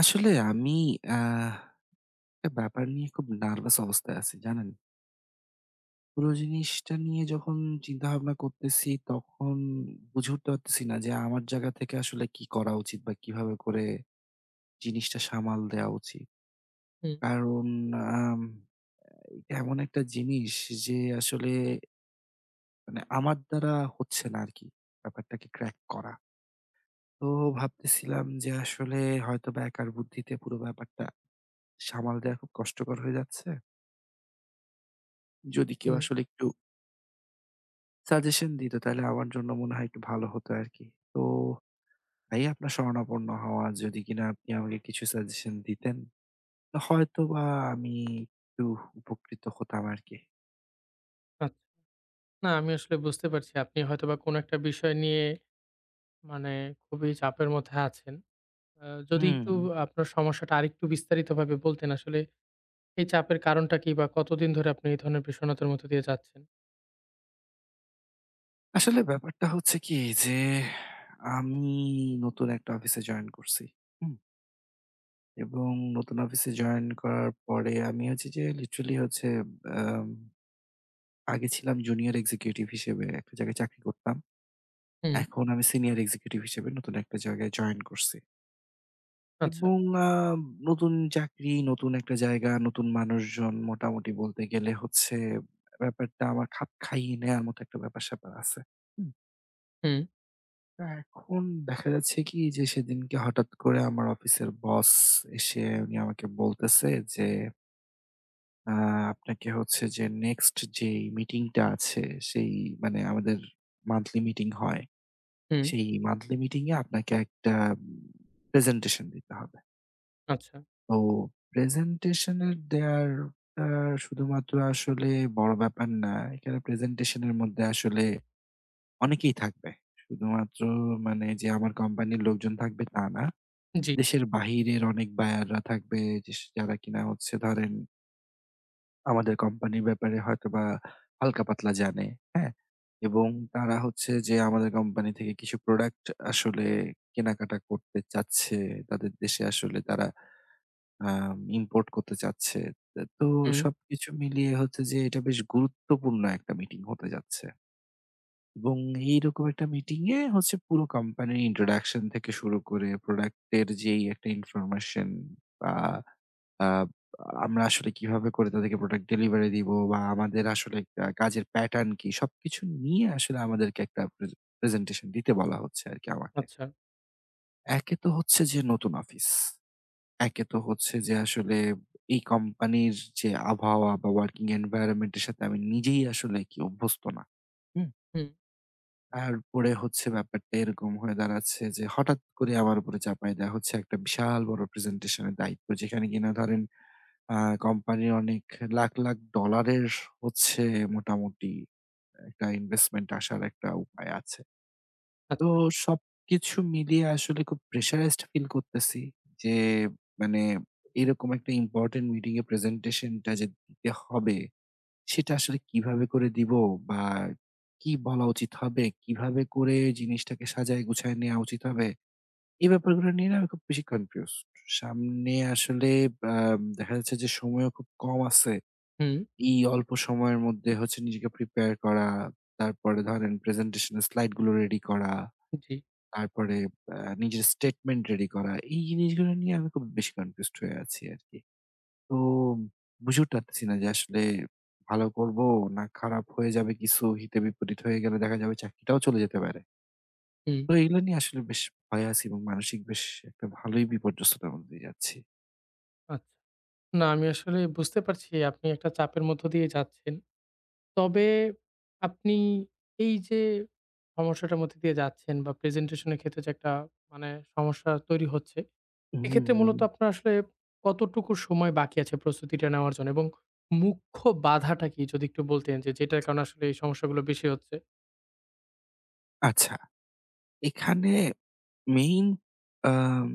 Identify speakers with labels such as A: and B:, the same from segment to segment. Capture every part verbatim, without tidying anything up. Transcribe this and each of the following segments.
A: আসলে আমি আহ একটা ব্যাপার নিয়ে খুব নার্ভাস অবস্থায় আছি, জানেন? পুরো জিনিসটা নিয়ে যখন চিন্তাভাবনা করতেছি, তখন বুঝে উঠতে পারতেছি না যে আমার জায়গা থেকে আসলে কি করা উচিত বা কিভাবে করে জিনিসটা সামাল দেওয়া উচিত।
B: হুম,
A: কারণ আম এটা এমন একটা জিনিস যে আসলে মানে আমার দ্বারা হচ্ছে না আরকি ব্যাপারটাকে ক্র্যাক করা। তো ভাবতেছিলাম যে আসলে হয়তোবা একার বুদ্ধিতে পুরো ব্যাপারটা সামাল দেওয়া খুব কষ্টকর হয়ে যাচ্ছে। যদি কেউ
B: হুম।
A: আসলে একটু সাজেশন দিত তাহলে আমার জন্য মনে হয় একটু ভালো হতো আরকি। তো ভাই, আপনার শরণাপন্ন হওয়া, যদি কিনা আপনি আমাকে কিছু সাজেশন দিতেন, হয়তোবা আমি একটু উপকৃত হতাম আরকি।
B: আচ্ছা। না আমি আসলে বুঝতে পারছি আপনি হয়তোবা কোনো একটা বিষয় নিয়ে মানে খুবই চাপের মধ্যে আছেন। আ যদি
A: হুম,
B: একটু আপনার সমস্যাটা আরেকটু বিস্তারিতভাবে বলতেন আসলে এই চাপের কারণটা কি বা কতদিন ধরে আপনি এই ধরনের বিষণ্ণতার মধ্য দিয়ে যাচ্ছেন?
A: আসলে ব্যাপারটা হচ্ছে কি যে আমি নতুন একটা অফিসে জয়েন করছি। হুম? এবং নতুন অফিসে জয়েন করার পরে আমি হচ্ছে যে লিটারালি হচ্ছে আম আগে ছিলাম জুনিয়র এক্সিকিউটিভ হিসেবে একটা জায়গায় চাকরি করতাম।
B: হুম,
A: এখন আমি সিনিয়র এক্সিকিউটিভ হিসেবে নতুন একটা জায়গায় জয়েন করছি।
B: আচ্ছা।
A: এবং আ নতুন চাকরি, নতুন একটা জায়গা, নতুন মানুষজন, মোটামুটি বলতে গেলে হচ্ছে ব্যাপারটা আমার খাপ খাইয়ে নেয়ার মতো একটা ব্যাপার-স্যাপার আছে। হুম।
B: হুম,
A: তা এখন দেখা যাচ্ছে কি যে সেদিনকে হঠাৎ করে আমার অফিসের বস এসে উনি আমাকে বলতেছে যে, আ "আপনাকে হচ্ছে যে নেক্সট যেই মিটিংটা আছে, সেই মানে আমাদের মান্থলি মিটিং হয়,
B: হুম,
A: সেই মান্থলি মিটিং এ আপনাকে একটা উম প্রেজেন্টেশন দিতে হবে।"
B: আচ্ছা।
A: তো প্রেজেন্টেশনের দেয়ার টা শুধুমাত্র আসলে বড় ব্যাপার না। এখানে প্রেজেন্টেশনের মধ্যে আসলে অনেকেই থাকবে। শুধুমাত্র মানে যে আমার কোম্পানির লোকজন থাকবে তা না।
B: জি,
A: দেশের বাহিরের অনেক বায়াররা থাকবে, যেস যারা কিনা হচ্ছে ধরেন আমাদের কোম্পানির ব্যাপারে হয়তোবা হালকা পাতলা জানে, হ্যাঁ? এবং তারা হচ্ছে যে আমাদের কোম্পানি থেকে কিছু প্রোডাক্ট আসলে কেনাকাটা করতে চাচ্ছে। তাদের দেশে আসলে তারা আম ইম্পোর্ট করতে চাচ্ছে। তা তো
B: হুম,
A: সবকিছু মিলিয়ে হচ্ছে যে এটা বেশ গুরুত্বপূর্ণ একটা মিটিং হতে যাচ্ছে। এবং এইরকম একটা মিটিংয়ে হচ্ছে পুরো কোম্পানির ইন্ট্রোডাকশন থেকে শুরু করে প্রোডাক্টের যেই একটা ইনফরমেশন বা আ আমরা আসলে কিভাবে করে তাদেরকে প্রোডাক্ট ডেলিভারি দিবো বা আমাদের আসলে আ কাজের প্যাটার্ন কি, সবকিছু নিয়ে আসলে আমাদেরকে একটা প্রেজে প্রেজেন্টেশন দিতে বলা হচ্ছে আরকি আমাকে।
B: আচ্ছা।
A: একে তো হচ্ছে যে নতুন অফিস। একে তো হচ্ছে যে আসলে এই কোম্পানির যে আবহাওয়া বা ওয়ার্কিং এনভায়রনমেন্ট এর সাথে আমি নিজেই আসলে কি অভ্যস্ত না। হুম?
B: হুম,
A: তারপরে হচ্ছে ব্যাপারটা এরকম হয়ে দাঁড়াচ্ছে যে হঠাৎ করে আমার উপরে চাপায় দেয়া হচ্ছে একটা বিশাল বড় প্রেজেন্টেশন এর দায়িত্ব, যেখানে কিনা ধরেন আ কোম্পানির অনেক লাখ, লাখ ডলারের হচ্ছে মোটামুটি একটা ইনভেস্টমেন্ট আসার একটা উপায় আছে। তো
B: আচ্ছা।
A: সবকিছু মিলিয়ে আসলে খুব প্রেশারাইজড ফিল করতেছি যে মানে এরকম একটা ইম্পোর্টেন্ট মিটিং এ প্রেজেন্টেশনটা যে দিতে হবে, সেটা আসলে কিভাবে করে দিব বা কি বলা উচিত হবে, কিভাবে করে জিনিসটাকে সাজায় গুছায় নেওয়া উচিত হবে। এই ব্যাপারগুলো নিয়ে না আমি খুব বেশি কনফিউজড। সামনে আসলে আম দেখা যাচ্ছে যে সময়ও খুব কম আছে।
B: হুম,
A: এই অল্প সময়ের মধ্যে হচ্ছে নিজেকে প্রিপেয়ার করা, তারপরে ধরেন প্রেজেন্টেশন এর স্লাইড গুলো রেডি করা।
B: জি,
A: তারপরে আ নিজের স্টেটমেন্ট রেডি করা। এই জিনিসগুলো নিয়ে আমি খুব বেশি কনফিউজড হয়ে আছি আরকি। তো বুঝে উঠতে পারতেছি না যে আসলে ভালো করবো না খারাপ হয়ে যাবে কিছু, হিতে বিপরীত হয়ে গেলে দেখা যাবে চাকরিটাও চলে যেতে পারে।
B: হুম,
A: তো এগুলো নিয়ে আসলে বেশ ভয়ে আছি এবং মানসিক বেশ একটা ভালোই বিপর্যস্ততার মধ্যে দিয়ে যাচ্ছি।
B: আচ্ছা। না আমি আসলে বুঝতে পারছি আপনি একটা চাপের মধ্য দিয়ে যাচ্ছেন। তবে আপনি এই যে সমস্যাটার মধ্যে দিয়ে যাচ্ছেন বা প্রেজেন্টেশনের ক্ষেত্রে যে একটা মানে সমস্যা তৈরি হচ্ছে, এক্ষেত্রে মূলত
A: উম
B: আপনার আসলে কতটুকু সময় বাকি আছে প্রস্তুতিটা নেওয়ার জন্য? এবং মুখ্য বাধাটা কি? যদি একটু বলতেন যে যেটার কারণে আসলে এই সমস্যাগুলো বেশি হচ্ছে?
A: আচ্ছা, এখানে মেইন আম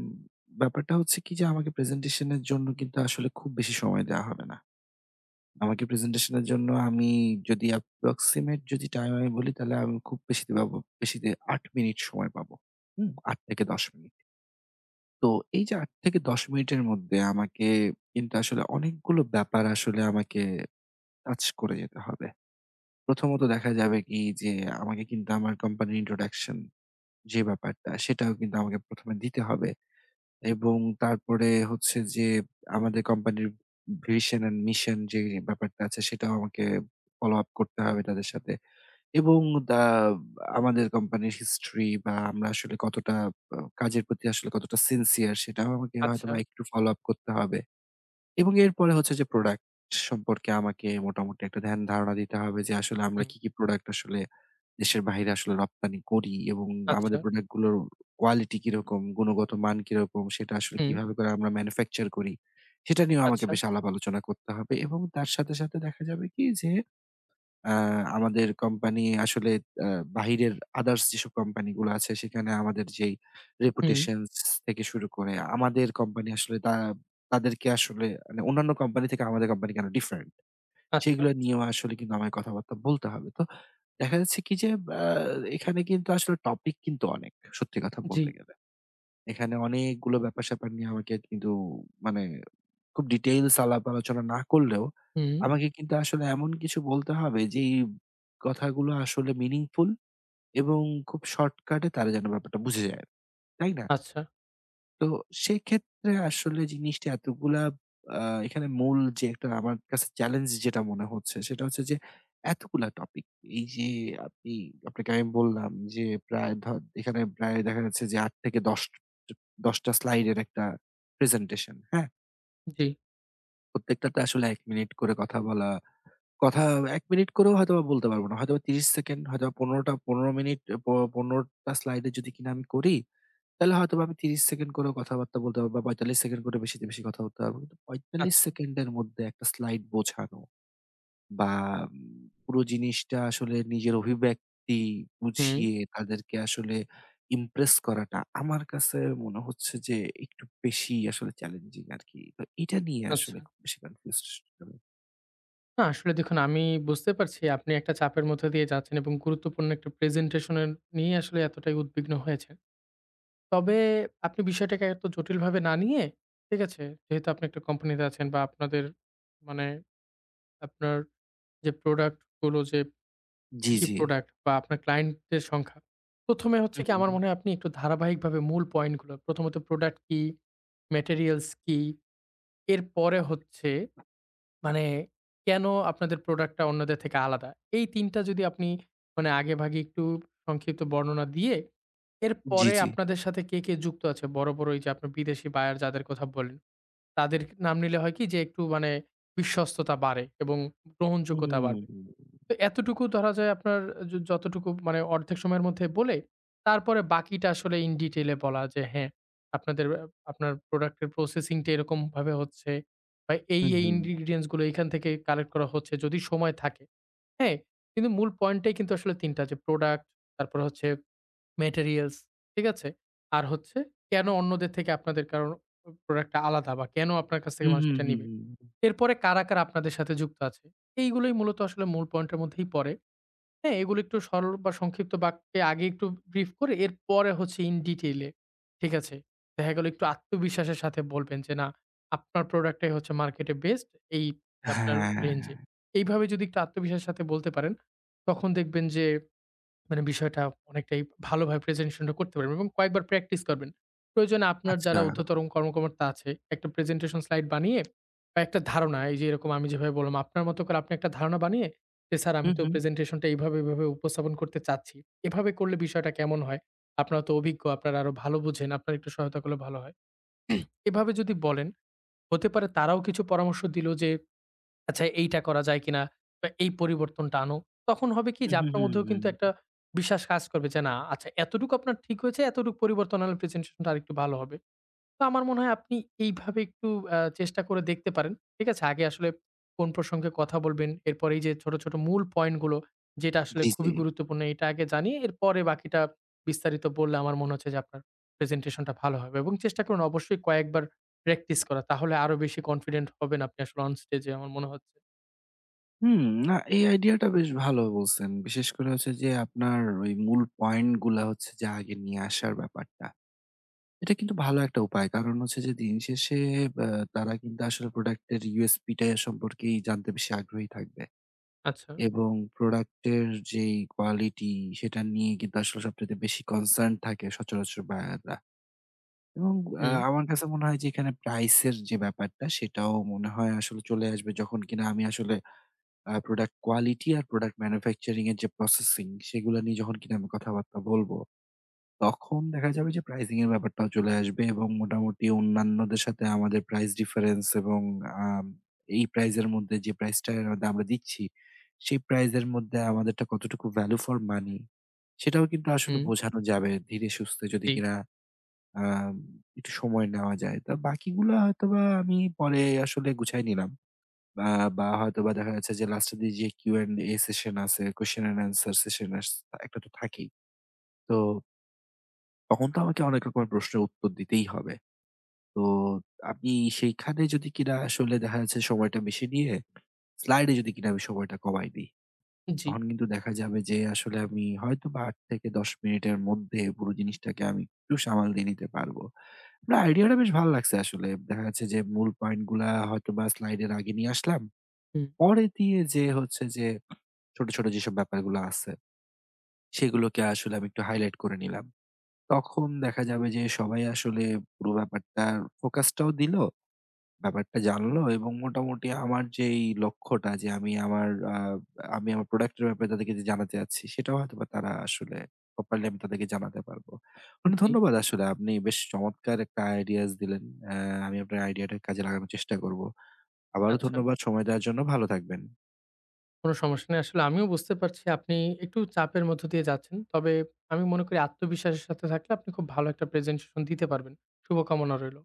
A: ব্যাপারটা হচ্ছে কি যে আমাকে প্রেজেন্টেশন এর জন্য কিন্তু আসলে খুব বেশি সময় দেওয়া হবে না। আমাকে প্রেজেন্টেশনের জন্য আমি যদি approximate, যদি টাইম আমি বলি, তাহলে আমি খুব বেশিতে পাবো, বেশিতে আট মিনিট সময় পাবো। হুম? আট থেকে দশ মিনিট। তো এই যে আট থেকে দশ মিনিটের মধ্যে আমাকে কিন্তু আসলে অনেকগুলো ব্যাপার আসলে আমাকে টাচ করে যেতে হবে। প্রথমত দেখা যাবে কি যে আমাকে কিন্তু আমার কোম্পানির introduction, যে ব্যাপারটা, সেটাও কিন্তু আমাকে প্রথম এ দিতে হবে। এবং তারপরে হচ্ছে যে আমাদের কোম্পানির ভিশন অ্যান্ড মিশন, যে ব্যাপারটা আছে, সেটাও আমাকে ফলো আপ করতে হবে তাদের সাথে। এবং দা আমাদের কোম্পানির হিস্ট্রি বা আমরা আসলে কতটা আ কাজের প্রতি আসলে কতটা সিনসিয়ার, সেটাও আমাকে
B: আচ্ছা,
A: হয়তোবা একটু ফলো আপ করতে হবে। এবং এরপরে হচ্ছে যে প্রোডাক্ট সম্পর্কে আমাকে মোটামুটি একটা ধ্যান ধারণা দিতে হবে যে আসলে আমরা
B: হুম,
A: কি, কি প্রোডাক্ট আসলে দেশের বাহিরে আসলে রপ্তানি করি এবং আমাদের
B: আচ্ছা,
A: প্রোডাক্ট গুলোর কোয়ালিটি কিরকম, গুণগত মান কিরকম, সেটা আসলে
B: হুম,
A: কিভাবে করে আমরা ম্যানুফ্যাকচার করি, সেটা নিয়েও আমাকে
B: আচ্ছা,
A: বেশ আলাপ আলোচনা করতে হবে। এবং তার সাথে, সাথে দেখা যাবে কি যে আ আমাদের কোম্পানি আসলে আ বাহিরের আদার্স যেসব কোম্পানি গুলো আছে, সেখানে আমাদের যেই
B: হুম,
A: রেপুটেশনস, থেকে শুরু করে আমাদের কোম্পানি আসলে তা তাদেরকে আসলে, মানে, অন্যান্য কোম্পানি থেকে আমাদের কোম্পানি কেন ডিফারেন্ট,
B: আচ্ছা,
A: সেগুলো নিয়েও আসলে কিন্তু আমায় কথাবার্তা বলতে হবে। তো দেখা যাচ্ছে কি যে আ এখানে কিন্তু আসলে টপিক কিন্তু অনেক, সত্যি কথা
B: জি,
A: বলতে গেলে। এখানে অনেকগুলো ব্যাপার-স্যাপার নিয়ে আমাকে কিন্তু, মানে, খুব ডিটেইলস আলাপ আলোচনা না করলেও
B: হুম,
A: আমাকে কিন্তু আসলে এমন কিছু বলতে হবে যেই কথাগুলো আসলে মিনিংফুল এবং খুব শর্টকাটে তারা যেন ব্যাপারটা বুঝে যায়। তাই না?
B: আচ্ছা,
A: তো সেক্ষেত্রে আসলে জিনিসটা এতগুলা, আ এখানে মূল যে একটা আমার কাছে চ্যালেঞ্জ যেটা মনে হচ্ছে সেটা হচ্ছে যে এতগুলা টপিক, এই যে আপনি, আপনাকে আমি বললাম যে প্রায় ধ এখানে প্রায় দেখা যাচ্ছে যে আট থেকে দশ, ট দশ টা স্লাইডের একটা প্রেজেন্টেশন, হ্যাঁ?
B: জি,
A: প্রত্যেকটাতে আসলে এক মিনিট করে কথা বলা। কথা এক মিনিট করেও হয়তোবা বলতে পারব না। হয়তোবা ত্রিশ সেকেন্ড, হয়তোবা পনেরো টা পনেরো মিনিট প পনেরো টা স্লাইডে যদি কিনা আমি করি, তাহলে হয়তোবা আমি ত্রিশ সেকেন্ড করেও কথাবার্তা বলতে পারব বা পঁয়তাল্লিশ সেকেন্ড করে বেশিতে বেশি কথা বলতে পারব। কিন্তু পঁয়তাল্লিশ
B: আচ্ছা,
A: সেকেন্ডের মধ্যে একটা স্লাইড বোঝানো বা উম পুরো জিনিসটা আসলে নিজের অভিব্যক্তি
B: হুম,
A: বুঝিয়ে তাদেরকে আসলে ইমপ্রেস করাটা আমার কাছে মনে হচ্ছে যে একটু বেশি আসলে চ্যালেঞ্জিং আরকি। তো এটা নিয়ে
B: আচ্ছা।
A: আসলে খুব বেশি কনফিউজড আমি।
B: না, আসলে দেখুন আমি বুঝতে পারছি আপনি একটা চাপের মধ্যে দিয়ে যাচ্ছেন এবং গুরুত্বপূর্ণ একটা প্রেজেন্টেশন এর নিয়ে আসলে এতটাই উদ্বিগ্ন হয়েছেন। তবে আপনি বিষয়টাকে এত জটিলভাবে না নিয়ে, ঠিক আছে? যেহেতু আপনি একটা কোম্পানিতে আছেন বা আপনাদের মানে আপনার যে প্রোডাক্ট গুলো যে কি,
A: জি,
B: কি
A: জি।
B: প্রোডাক্ট বা আপনার ক্লায়েন্টদের সংখ্যা। ১ম এ হচ্ছে
A: হুম,
B: কি
A: হুম,
B: আমার
A: হুম।
B: মনে হয় আপনি একটু ধারাবাহিকভাবে মূল পয়েন্টগুলো প্রথমত প্রোডাক্ট কি, ম্যাটেরিয়ালস কি, এরপরে হচ্ছে মানে কেন আপনাদের প্রোডাক্টটা অন্যদের থেকে আলাদা? এই তিন টা যদি আপনি মানে আগেভাগে একটু সংক্ষিপ্ত বর্ণনা দিয়ে,
A: জি,
B: এরপরে
A: জি।
B: আপনাদের সাথে কে, কে যুক্ত আছে? বড়, বড় এই যে আপনার বিদেশি বায়ার যাদের কথা বললেন, তাদের নাম নিলে হয় কি যে একটু মানে বিশ্বস্ততা বাড়ে এবং
A: হুম,
B: গ্রহণযোগ্যতা বাড়বে।
A: হুম,
B: তো এতটুকু ধরা যায় আপনার য যতটুকু মানে অর্ধেক সময়ের মধ্যে বলে, তারপরে বাকিটা আসলে in detail এ বলা যে হ্যাঁ, আপনাদের আ আপনার প্রোডাক্ট এর প্রসেসিং টা এরকমভাবে হচ্ছে বা এই,
A: হুম,
B: এই
A: হুম,
B: ingredients গুলো এখান থেকে কালেক্ট করা হচ্ছে যদি সময় থাকে। হ্যাঁ? কিন্তু মূল পয়েন্টটাই কিন্তু আসলে তিন টা যে প্রোডাক্ট, তারপরে হচ্ছে materials ঠিক আছে? আর হচ্ছে কেন অন্যদের থেকে আপনাদের কারণ প্রোডাক্ট টা আলাদা বা কেন আপনার কাছ থেকে
A: হুম,
B: মানুষ
A: হুম,
B: এটা নিবে।
A: হুম।
B: এরপরে কারা, কারা আপনাদের সাথে যুক্ত আছে। এইগুলোই মূলত আসলে মূল পয়েন্টের মধ্যেই পড়ে। হ্যাঁ, এগুলো একটু সরল বা সংক্ষিপ্ত বাক্যে আগে একটু ব্রিফ করে এরপরে হচ্ছে in detail এ। ঠিক আছে? দেখা গেল একটু আত্মবিশ্বাসের সাথে বলবেন যে, "না, আপনার প্রোডাক্টটাই হচ্ছে মার্কেটে বেস্ট এই আপনার রেঞ্জ
A: হ্যাঁ,
B: এ।" এইভাবে যদি একটু আত্মবিশ্বাসের সাথে বলতে পারেন, তখন দেখবেন যে মানে বিষয়টা অনেকটাই ভালোভাবে প্রেজেন্টেশনটা করতে পারবেন এবং কয়েকবার প্র্যাকটিস করবেন। প্রয়োজনে আপনার
A: আচ্ছা।
B: যারা ঊর্ধ্বতন কর্মকর্তা আছে, একটা প্রেজেন্টেশন স্লাইড বানিয়ে বা একটা ধারণা এই যে এরকম আমি যেভাবে বললাম, আপনার মতো করে আপনি একটা ধারণা বানিয়ে যে, "স্যার আমি
A: হুম,
B: তো
A: হুম,
B: প্রেজেন্টেশনটা এইভাবে, এভাবে উপস্থাপন করতে চাচ্ছি।" এভাবে করলে বিষয়টা কেমন হয়? আপনারা তো অভিজ্ঞ, আপনারা আরো ভালো বুঝেন, আপনারা একটু সহায়তা করলে ভালো হয়। এভাবে যদি বলেন, হতে পারে তারাও কিছু পরামর্শ দিল যে আচ্ছা এইটা করা যায় কিনা? বা এই পরিবর্তনটা আনো। তখন হবে কি
A: হুম,
B: যে
A: হুম,
B: আপনার
A: হুম,
B: মধ্যেও কিন্তু একটা
A: হুম।
B: বিশ্বাস কাজ করবে যে না আচ্ছা এতটুকু আপনার ঠিক হয়েছে, এতটুকু পরিবর্তন আনলে প্রেজেন্টেশনটা আরেকটু ভালো হবে। তো আমার মনে হয় আপনি এইভাবে একটু আ চেষ্টা করে দেখতে পারেন। ঠিক আছে? আগে আসলে কোন প্রসঙ্গে কথা বলবেন, এরপরে এই যে ছোট, ছোট মূল পয়েন্টগুলো যেটা আসলে
A: জি, জি।
B: খুবই গুরুত্বপূর্ণ এটা আগে জানিয়ে এরপরে বাকিটা বিস্তারিত বললে আমার মনে হচ্ছে যে আপনার প্রেজেন্টেশনটা ভালো হবে এবং চেষ্টা করুন অবশ্যই কয়েকবার প্র্যাকটিস করা। তাহলে আরো বেশি কনফিডেন্ট হবেন আপনি আসলে অন স্টেজে আমার মনে হচ্ছে।
A: হুম, না এই আইডিয়াটা বেশ ভালো বলছেন। বিশেষ করে হচ্ছে যে আপনার ওই মূল পয়েন্ট গুলা হচ্ছে যে আগে নিয়ে আসার ব্যাপারটা। এটা কিন্তু ভালো একটা উপায়। কারণ হচ্ছে যে দিন শেষে আ তারা কিন্তু আসলে প্রোডাক্ট এর U S P টা সম্পর্কেই জানতে বেশি আগ্রহী থাকবে।
B: আচ্ছা।
A: এবং প্রোডাক্ট এর যেই কোয়ালিটি, সেটা নিয়ে কিন্তু আসলে সবচাইতে বেশি কনসার্ন থাকে সচরাচর বায়াররা। এবং আ
B: হুম,
A: আমার কাছে মনে হয় যে এখানে প্রাইস এর যে ব্যাপারটা, সেটাও মনে হয় আসলে চলে আসবে যখন কিনা আমি আসলে আ প্রোডাক্ট কোয়ালিটি আর প্রোডাক্ট ম্যানুফ্যাকচারিং এর যে প্রসেসিং, সেগুলা নিয়ে যখন কিনা আমি কথাবার্তা বলব। তখন দেখা যাবে যে প্রাইজিং এর ব্যাপারটাও চলে আসবে এবং মোটামুটি অন্যান্যদের সাথে আমাদের প্রাইস ডিফারেন্স এবং আম এই প্রাইসের মধ্যে যে প্রাইসটার আমরা দিচ্ছি, সেই প্রাইসের মধ্যে আমাদেরটা কতটুকু ভ্যালু ফর মানি, সেটাও কিন্তু আসলে
B: হুম,
A: বোঝানো যাবে ধীরে সুস্থে, যদি
B: জি,
A: কিনা আম একটু সময় নেওয়া যায়। তো বাকিগুলা হয়তোবা আমি পরে আসলে গুছায় নিলাম। বা বা হয়তোবা দেখা যাচ্ছে যে লাস্টের দিকে যে কিউ অ্যান্ড এ সেশন আছে, কোয়েশ্চেন অ্যান্ড আনসার সেশন, আস একটা তো থাকেই। তো তখন তো আমাকে অনেক রকমের প্রশ্নের উত্তর দিতেই হবে। তো আমি সেইখানে যদি কিনা আসলে দেখা যাচ্ছে সময়টা বেশি নিয়ে, স্লাইডে যদি কিনা আমি সময়টা কমায় দিই,
B: জি,
A: তখন কিন্তু দেখা যাবে যে আসলে আমি হয়তোবা আট থেকে দশ মিনিটের মধ্যে পুরো জিনিসটাকে আমি একটু সামাল দিয়ে নিতে পারবো। না, আইডিয়াটা বেশ ভালো লাগছে আসলে। দেখা যাচ্ছে যে মূল পয়েন্ট গুলা হয়তোবা স্লাইডের আগে নিয়ে আসলাম।
B: হুম,
A: পরে দিয়ে যে হচ্ছে যে ছোট, ছোট যেসব ব্যাপারগুলো আছে, সেগুলোকে আসলে আমি একটু হাইলাইট করে নিলাম। তখন দেখা যাবে যে সবাই আসলে পুরো ব্যাপারটার ফোকাসটাও দিলো, ব্যাপারটা জানলো এবং মোটামুটি আমার যেই লক্ষ্যটা, যে আমি আমার আ আমি আমার প্রোডাক্টের ব্যাপারে তাদেরকে যে জানাতে চাচ্ছি, সেটাও হয়তোবা তারা আসলে প্রপারলি আমি তাদেরকে জানাতে পারবো। অনেক
B: জি,
A: ধন্যবাদ আসলে, আপনি বেশ চমৎকার একটা আইডিয়াস দিলেন। অ্যা আমি আপনার আইডিয়াটা কাজে লাগানোর চেষ্টা করব। আবারও
B: আচ্ছা।
A: ধন্যবাদ সময় দেওয়ার জন্য। ভালো থাকবেন।
B: কোনো সমস্যা নেই। আসলে আমিও বুঝতে পারছি আপনি একটু চাপের মধ্য দিয়ে যাচ্ছেন। তবে আমি মনে করি আত্মবিশ্বাসের সাথে থাকলে আপনি খুব ভালো একটা প্রেজেন্টেশন দিতে পারবেন। শুভকামনা রইল।